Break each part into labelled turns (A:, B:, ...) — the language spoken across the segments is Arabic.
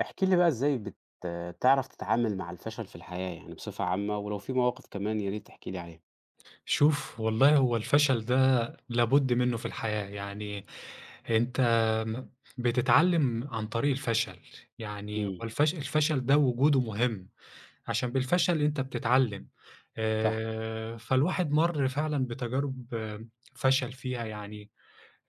A: احكِ لي بقى إزاي تعرف تتعامل مع الفشل في الحياة، يعني بصفة عامة، ولو في مواقف كمان يا ريت تحكي لي عليها.
B: شوف والله هو الفشل ده لابد منه في الحياة، يعني أنت م بتتعلم عن طريق الفشل، يعني هو
A: إمم،
B: الفشل ده وجوده مهم، عشان بالفشل أنت بتتعلم،
A: صح،
B: فالواحد مَر فعلًا بتجارب آه، فشل فيها يعني،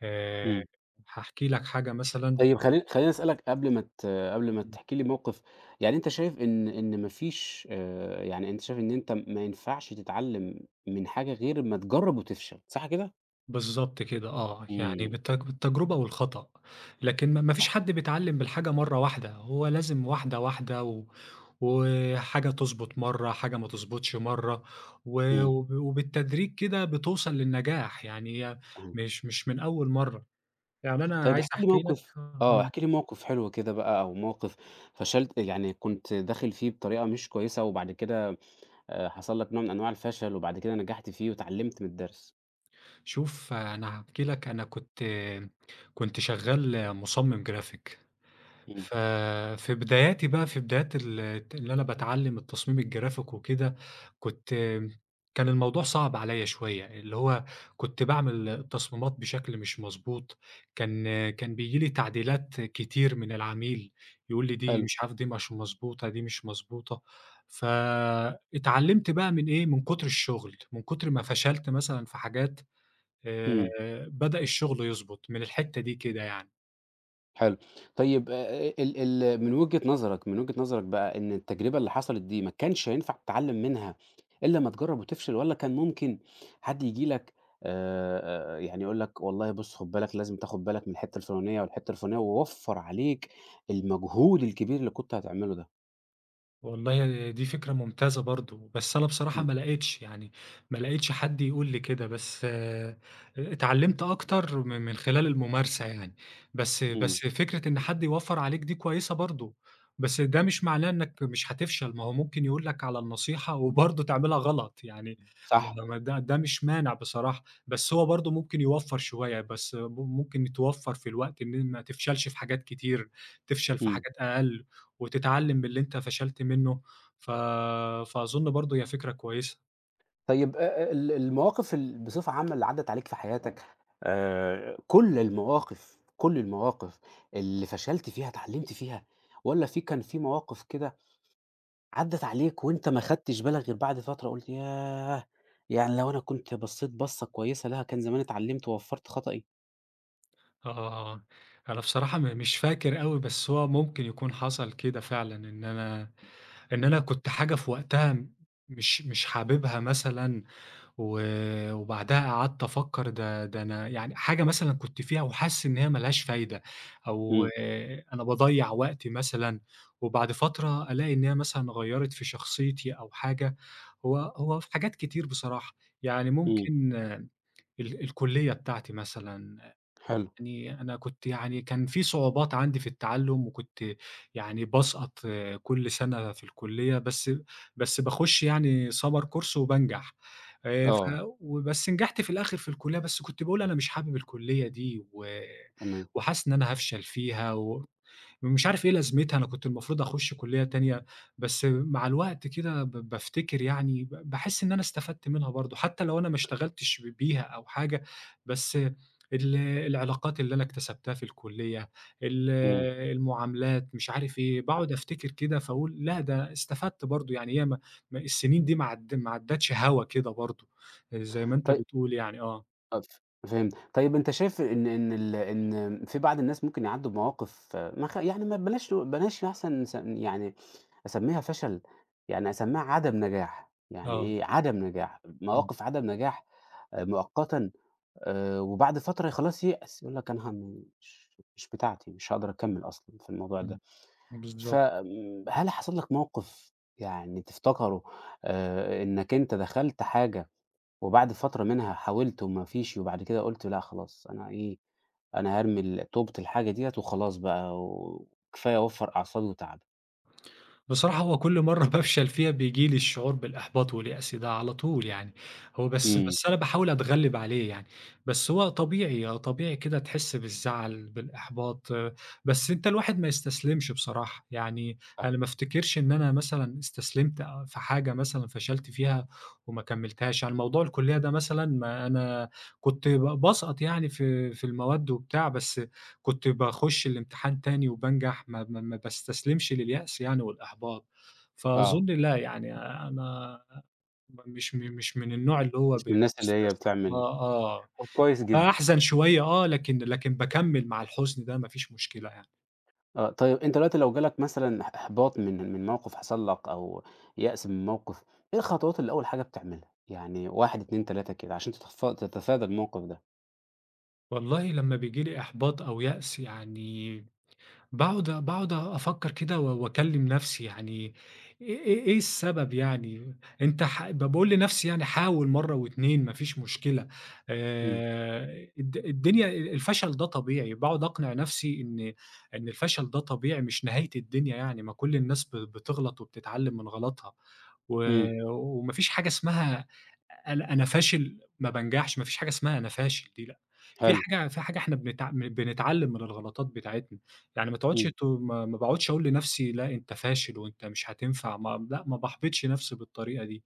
B: آآ،
A: إمم.
B: هاحكي لك حاجة مثلًا
A: طيب خلّيني أسألك قبل ما تحكي لي موقف، يعني أنت شايف إن ما فيش، يعني أنت شايف إن أنت ما ينفعش تتعلم من حاجة غير أمّا تجرّب وتفشل، صح كده؟
B: بالضبط كده آه، يعني
A: إمم،
B: بالتجربة والخطأ، لكن ما
A: صح،
B: فيش حد بيتعلم بالحاجة مرّة واحدة، هو لازم واحدة، واحدة وحاجة تضبط مرّة، حاجة ما تضبطش مرّة، و
A: إمم،
B: وب وبالتدريج كده بتوصل للنجاح، يعني هي
A: صحيح.
B: مش من أول مرّة، يعني أنا
A: طيب
B: عايز
A: احكِ لي
B: أحكي لك
A: موقف، آه،
B: آه،
A: احكِ لي موقف حلو كده بقى أو موقف فشلت، يعني كنت داخل فيه بطريقة مش كويسة وبعد كده حصل لك نوع من أنواع الفشل وبعد كده نجحت فيه واتعلمت من الدرس.
B: شوف أنا هاحكي لك أنا كنت شغال مصمم جرافيك.
A: إمم.
B: ف في بداياتي بقى، في بدايات اللي أنا باتعلّم التصميم الجرافيك وكده، كنت كان الموضوع صعب عليّا شوية، اللي هو كنت باعمل التصميمات بشكل مش مضبوط، كان بييجي لي تعديلات كتير من العميل، يقول لي دي
A: حلو.
B: مش عارف دي مش مضبوطة، دي مش مضبوطة، فاتعلّمت بقى من إيه، من كتر الشغل، من كتر ما فشلت مثلًا في حاجات آآ،
A: إمم،
B: بدأ الشغل يضبط من الحتة دي كده يعني.
A: حلو. طيب ال ال من وجهة نظرك بقى إن التجربة اللي حصلت دي ما كانش هينفع تتعلم منها إلا أمّا تجرّب وتفشل، والّا كان ممكن حد ييجي لك، يعني يقول لك والله بُص خُد بالك لازم تاخد بالك من الحتّة الفلانية والحتّة الفلانية ووفّر عليك المجهود الكبير اللي كنت هتعمله ده؟
B: والله دي فكرة ممتازة برضه، بس أنا بصراحة
A: إمم،
B: ما لقيتش، يعني ما لقيتش حد يقول لي كده، بس اتعلّمت أكتر من خلال الممارسة يعني، بس
A: إمم،
B: فكرة إن حد يوفّر عليك دي كويسة برضه، بس ده مش معناه إنك مش هتفشل، ما هو ممكن يقول لك على النصيحة وبرضه تعملها غلط، يعني
A: صح؟
B: ما ما ده ده مش مانع بصراحة، بس هو برضه ممكن يوفّر شوية، بس م ممكن توفّر في الوقت إن ما تفشلش في حاجات كتير، تفشل في
A: إمم.
B: حاجات أقل. وتتعلم باللي أنت فشلت منّه، ف فأظن برضه هي فكرة كويسة.
A: طيب ال المواقف بصفة عامة اللي عدّت عليك في حياتك، كل المواقف، كل المواقف اللي فشلت فيها اتعلّمت فيها، والّا كان في مواقف كده عدّت عليك وأنت ما خدتش بالك غير بعد فترة، قُلت ياه! يعني لو أنا كنت بصّيت بصّة كويسة لها كان زمان اتعلّمت ووفّرت خطأي؟
B: آه، آه، آه، آه. أنا بصراحة مش فاكر أوي، بس هو ممكن يكون حصل كده فعلًا، إن أنا كنت حاجة في وقتها م مش مش حاببها مثلًا و وبعدها قعدت أفكّر ده أنا يعني حاجة مثلًا كنت فيها وحاسس إن هي ما لهاش فايدة أو
A: إمم،
B: أنا باضيّع وقتي مثلًا، وبعد فترة ألاقي إن هي مثلًا غيّرت في شخصيتي أو حاجة، هو في حاجات كتير بصراحة، يعني
A: إمم،
B: ممكن الكلية بتاعتي مثلًا
A: حلو،
B: يعني أنا كنت يعني كان في صعوبات عندي في التعلُّم وكنت يعني باسقط كل سَنة في الكُلّية، بس باخُش يعني summer course وبانجح. ف
A: آه،
B: وبس نجحت في الآخر في الكُلّية، بس كنت باقول أنا مش حابب الكُلّية دي و
A: تمام،
B: وحاسس إن أنا هافشل فيها ومش عارف إيه لازمتها، أنا كنت المفروض أخُش كُلّية تانية، بس مع الوقت كده بافتكر يعني باحس إن أنا استفدت منها برضه، حتّى لو أنا ما اشتغلتش بيها أو حاجة، بس العلاقات اللي أنا اكتسبتها في الكُلّية، ال
A: إمم،
B: المعاملات، مش عارف إيه، باقعد أفتكر كده فاقول لأ ده استفدت برضه، يعني هي ما السنين دي ما عدّتش هوا كده برضه، زي ما أنت
A: طي
B: بتقول يعني آه،
A: آه، فهمت. طيب أنت شايف إن في بعض الناس ممكن يعدّوا بمواقف، آه، ما خ يعني ما بلاش نق بلاش أحسن نس يعني أسمّيها فشل، يعني أسمّيها عدم نجاح، يعني
B: آه،
A: إيه، عدم نجاح،
B: إمم،
A: مواقف عدم نجاح مؤقتًا، وبعد فترة خلاص ييأس، يقول لك أنا م مش مش بتاعتي، مش هاقدر أكمّل أصلًا في الموضوع
B: إمم،
A: ده.
B: بالضبط.
A: هل حصل لك موقف يعني تفتكره، إنك أنت دخلت حاجة وبعد فترة منها حاولت وما فيش، وبعد كده قُلت لأ خلاص أنا إيه، أنا هارمي توبة الحاجة ديّة وخلاص بقى وكفاية أوفّر أعصابي وتعبي.
B: بصراحة هو كل مرة بافشل فيها بييجي لي الشعور بالإحباط واليأس ده على طول يعني، هو بس
A: إمم،
B: بس أنا باحاول أتغلب عليه يعني، بس هو طبيعي، آه، طبيعي كده تحس بالزعل، بالإحباط، آه، بس أنت الواحد ما يستسلمش بصراحة، يعني
A: فاه،
B: أنا ما افتكرش إن أنا مثلًا استسلمت في حاجة مثلًا فشلت فيها وما كملتهاش، يعني موضوع الكلية ده مثلًا ما أنا كنت باسقط يعني في المواد وبتاع، بس كنت باخُش الامتحان تاني وبانجح، ما باستسلمش لليأس يعني والإحباط،
A: آه.
B: فأظن لأ، يعني أنا مش من النوع اللي هو
A: مش
B: ب
A: من الناس اللي هي
B: بيستسلم
A: بتعمل.
B: آه، آه،
A: طب كويس
B: يعني
A: جدًا.
B: أحزن شوية آه، لكن باكمّل مع الحزن ده ما فيش مشكلة يعني.
A: آه، طيب أنت دلوقتي لو جالك مثلًا إحباط من موقف حصل لك أو يأس من موقف، إيه الخطوات اللي أول حاجة بتعملها؟ يعني 1، 2، 3 كده عشان تتفادى الموقف ده؟
B: والله لمّا بييجي لي إحباط أو يأس يعني باقعد أفكّر كده واكلّم نَفْسي يعني إيه السبب يعني؟ أنت ح ب باقول لنَفْسي يعني حاول مرّة و2 ما فيش مشكلة
A: إمم،
B: الد الدنيا ال الفشل ده طبيعي، باقعد أقنع نَفْسي إن الفشل ده طبيعي مش نهاية الدنيا يعني، ما كل الناس بتغلط وبتتعلّم من غلطها و
A: إمم،
B: وما فيش حاجة اسمها أنا فاشل ما بانجحش، ما فيش حاجة اسمها أنا فاشل دي لأ، في
A: حلو،
B: حاجة في حاجة إحنا بنتعلّم من الغلطات بتاعتنا. يعني ما تقعدش
A: إمم،
B: ت ما ما باقعدش أقول لنفسي لأ أنت فاشل وأنت مش هتنفع ما لأ ما باحبطش نفسي بالطريقة دي،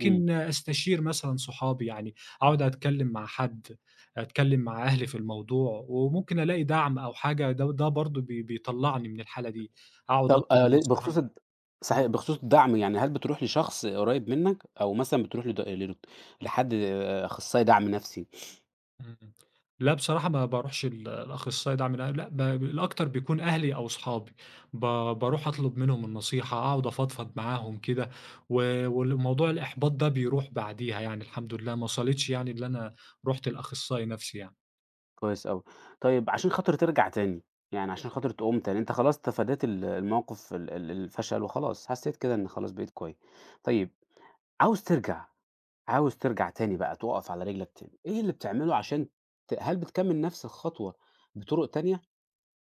A: إمم.
B: أستشير مثلًا صحابي يعني أقعد أتكلم مع حد، أتكلم مع أهلي في الموضوع، وممكن ألاقي دعم أو حاجة ده برضه بيطلّعني من الحالة دي، أقعد
A: طب
B: أطلب
A: ل
B: النصيحة
A: بخصوص
B: من
A: الد صحيح
B: إمم.
A: بخصوص الدعم، يعني هل بتروح لشخص قريب منك، أو مثلًا بتروح لد لدكت لحد، آه، أخصائي دعم نفسي؟
B: إمم. إمم. لأ بصراحة ما باروحش الأخصائي ده من لأ الأكتر بيكون أهلي أو صحابي، ب باروح أطلب منهم النصيحة، أقعد أفضفض معاهم كده، والموضوع الإحباط ده بيروح بعديها يعني الحمد لله، ما وصلتش يعني اللي أنا رُحت لأخصائي نَفْسي يعني.
A: كويس أوي. طيب عشان خاطر ترجع تاني، يعني عشان خاطر تقوم تاني، أنت خلاص تفاديت الموقف ال ال الفشل وخلاص، حسيت كده إن خلاص بقيت كويس. طيب عاوز ترجع، عاوز ترجع تاني بقى تُقف على رجلك تاني، إيه اللي بتعمله عشان هل بتكمّل نفس الخطوة بطرق تانية،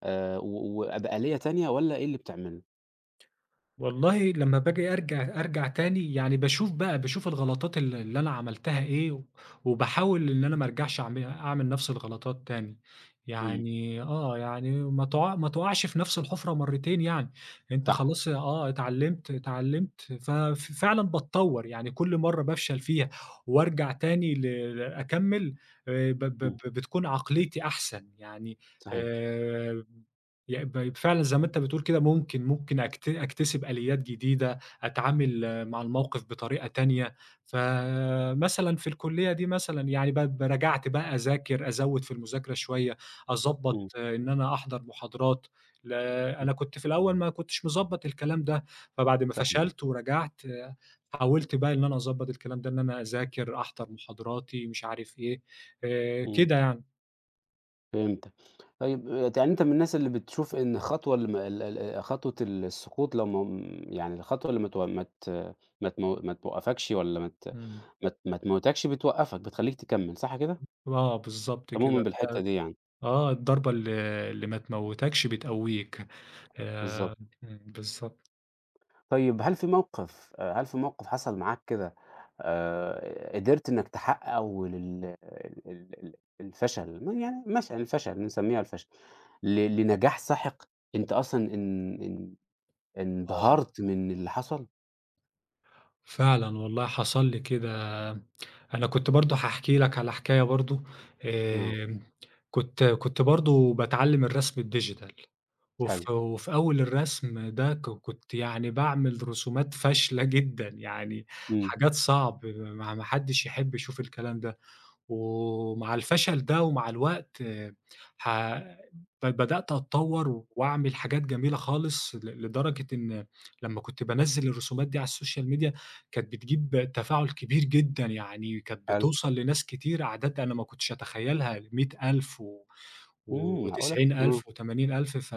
A: و وبآلية تانية، والّا إيه اللي بتعمله؟
B: والله لما باجي أرجع تاني يعني باشوف بقى الغلطات اللي أنا عملتها إيه، وباحاول إن أنا ما أرجعش أعمل نفس الغلطات تاني،
A: إمم،
B: يعني آه، يعني ما تقعش في نفس الحفرة مرتين يعني، أنت
A: صح،
B: خلاص آه، اتعلمت فعلًا باتطور، يعني كل مرة بافشل فيها وأرجع تاني أكمل ب ب
A: إمم،
B: ب بتكون عقليتي أحسن يعني
A: صحيح،
B: آآ يع ب فعلًا زي ما أنت بتقول كده ممكن، ممكن أكتسب آليات جديدة، أتعامل مع الموقف بطريقة تانية، فمثلًا في الكلية دي مثلًا يعني ب ب راجعت بقى أذاكر، أزوّد في المذاكرة شوية،
A: إمم.
B: أضبّط إن أنا أحضر محاضرات، ل
A: إمم،
B: أنا كنت في الأول ما كنتش مضبّط الكلام ده، فبعد ما
A: صحيح،
B: فشلت ورجعت آه، حاولت بقى إن أنا أضبّط الكلام ده، إن أنا أذاكر، أحضر محاضراتي، مش عارف إيه،
A: إمم،
B: كده يعني.
A: فهمتك. طيب يعني أنت من الناس اللي بتشوف إن الخطوة اللي ما ال ال خطوة ال السقوط لو ما يعني الخطوة اللي ما توقّفكش، والّا
B: إمم.
A: ما تموّتكش بتوقّفك، بتخلّيك تكمّل، صح كده؟
B: آه بالضبط
A: أنت
B: كده،
A: مؤمن
B: هي
A: بالحتّة دي يعني،
B: الضربة اللي ما تموّتكش بتقوّيك،
A: بالضبط.
B: آآ، إمم، بالضبط.
A: طيب هل في موقِف، هل في موقِف حصل معاك كده قدرت إنّك تحقّقه لل ال ال ال الفشل، يعني مش الفشل، نسمّيها الفشل، لنجاح ساحق أنت أصلًا إن إن
B: آه.
A: انبهرت من اللي حصل؟
B: فعلًا والله حصل لي كده، أنا كنت برضه هاحكي لك على حكاية برضه،
A: آه،
B: آمم، كنت برضه باتعلّم الرسم الdigital
A: حلو،
B: وفي أول الرسم ده كنت يعني باعمل رسومات فاشلة جدًا، يعني
A: إمم،
B: حاجات صعب ما حدش يحب يشوف الكلام ده. ومع الفشل ده ومع الوقت ح ب بدأت أتطوّر وأعمل حاجات جميلة خالص لدرجة إن لمّا كنت بانزّل الرسومات دي على السوشيال ميديا كانت بتجيب تفاعل كبير جدًا، يعني كانت
A: حلو،
B: بتوصل لناس كتير أعداد أنا ما كنتش أتخيّلها 100.000 و
A: إمم، معقولة!
B: و90.000
A: إمم،
B: و80.000 ف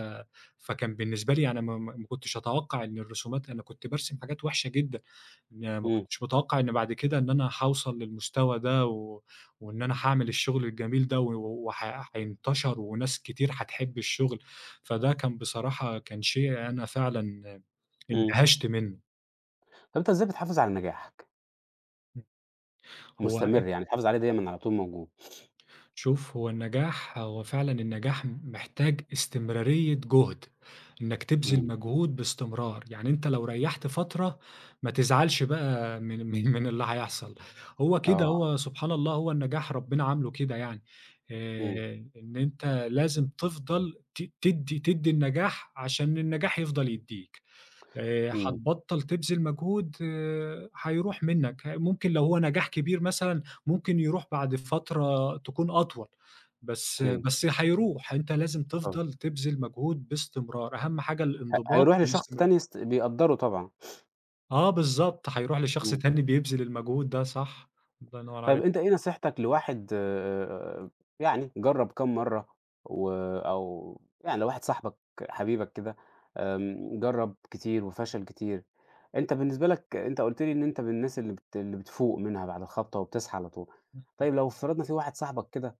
B: فكان بالنسبة لي أنا ما كنتش أتوقّع إن الرسومات أنا كنت بارسم حاجات وِحشة جدًا، ما
A: إمم،
B: كنتش متوقّع إن بعد كده إن أنا هاوصل للمستوى ده وإن أنا هاعمل الشغل الجميل ده و وح هينتشر وناس كتير هتحب الشغل، فده كان بصراحة كان شيء أنا فعلًا
A: إمم.
B: اندهشت منه.
A: طب أنت إزاي بتحافظ على نجاحك؟
B: هو
A: مستمر، يعني بتحافظ عليه دايمًا على طول موجود؟
B: شوف هو فعلا النجاح محتاج استمرارية جهد انك تبذل
A: إمم،
B: مجهود باستمرار يعني انت لو ريحت فترة ما تزعلش بقى من من اللي هيحصل هو
A: آه،
B: كده
A: آه،
B: هو سبحان الله هو النجاح ربنا عامله كده يعني
A: إمم،
B: آه، انت لازم تفضل تدي النجاح عشان النجاح يفضل يديك
A: إمم،
B: هتبطّل تبذل مجهود هيروح منّك، ممكن لو هو نجاح كبير مثلًا ممكن يروح بعد فترة تكون أطول، بس
A: فهمت،
B: بس هيروح، أنت لازم
A: آه،
B: تفضل تبذل مجهود باستمرار، أهم حاجة الانضباط
A: هيروح لشخص تاني
B: والاستمرارية.
A: بيقدّره طبعًا،
B: آه بالضبط، هيروح لشخص
A: إمم.
B: تاني بيبذل المجهود ده، صح، الله ينور
A: طيب
B: عليك.
A: أنت إيه نصيحتك لواحد يعني جرّب كام مرّة و أو يعني لو واحد صاحبك حبيبك كده جرّب كتير وفشل كتير، أنت بالنسبة لك أنت قُلت لي إن أنت من الناس اللي بتفوق منها بعد الخبطة وبتصحى على طول، طيب لو افترضنا في واحد صاحبك كده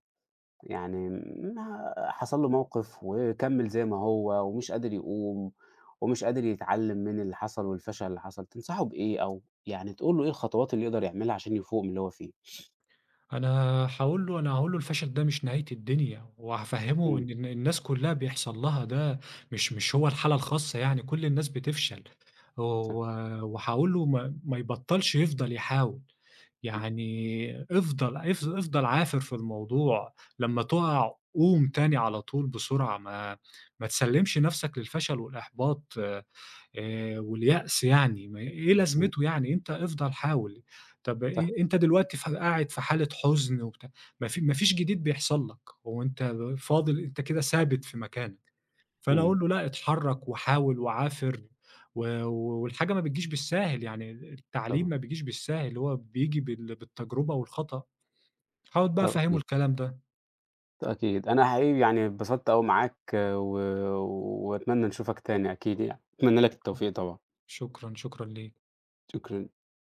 A: يعني ما حصل له موقف وكمّل زي ما هو ومش قادر يقوم ومش قادر يتعلّم من اللي حصل والفشل اللي حصل، تنصحه بإيه، أو يعني تقول له إيه الخطوات اللي يقدر يعملها عشان يفوق من اللي هو فيه؟
B: أنا أنا هاقول له الفشل ده مش نهاية الدنيا، وهافهّمه
A: إمم.
B: إن الناس كلّها بيحصل لها ده، مش هو الحالة الخاصة يعني، كل الناس بتفشل، و
A: صح.
B: وهاقول له ما يبطّلش يفضل يحاول،
A: إمم،
B: يعني افضل عافر في الموضوع، لمّا تُقع قوم تاني على طول بسرعة، ما تسلّمش نَفْسك للفشل والإحباط. واليأس يعني ما إيه
A: إمم،
B: لازمته يعني أنت افضل حاول، طب
A: صح،
B: أنت دلوقتي قاعد في حالة حزن وبتاع، ما فيش جديد بيحصل لك، هو أنت فاضل أنت كده ثابت في مكانك، فأنا
A: إمم،
B: أقول له لأ اتحرك وحاول وعافر والحاجة ما بتجيش بالساهل، يعني التعليم
A: طبعًا،
B: ما بيجيش بالساهل، هو بييجي بالتجربة والخطأ، حاول بقى
A: طبعًا
B: أفهّمه
A: أكيد،
B: الكلام ده،
A: أكيد. أنا حقيقي يعني اتبسطت أوي معاك وأتمنى نشوفك تاني أكيد يعني، أتمنى لك التوفيق طبعًا،
B: شكرًا، شكرًا ليك.
A: شكرًا.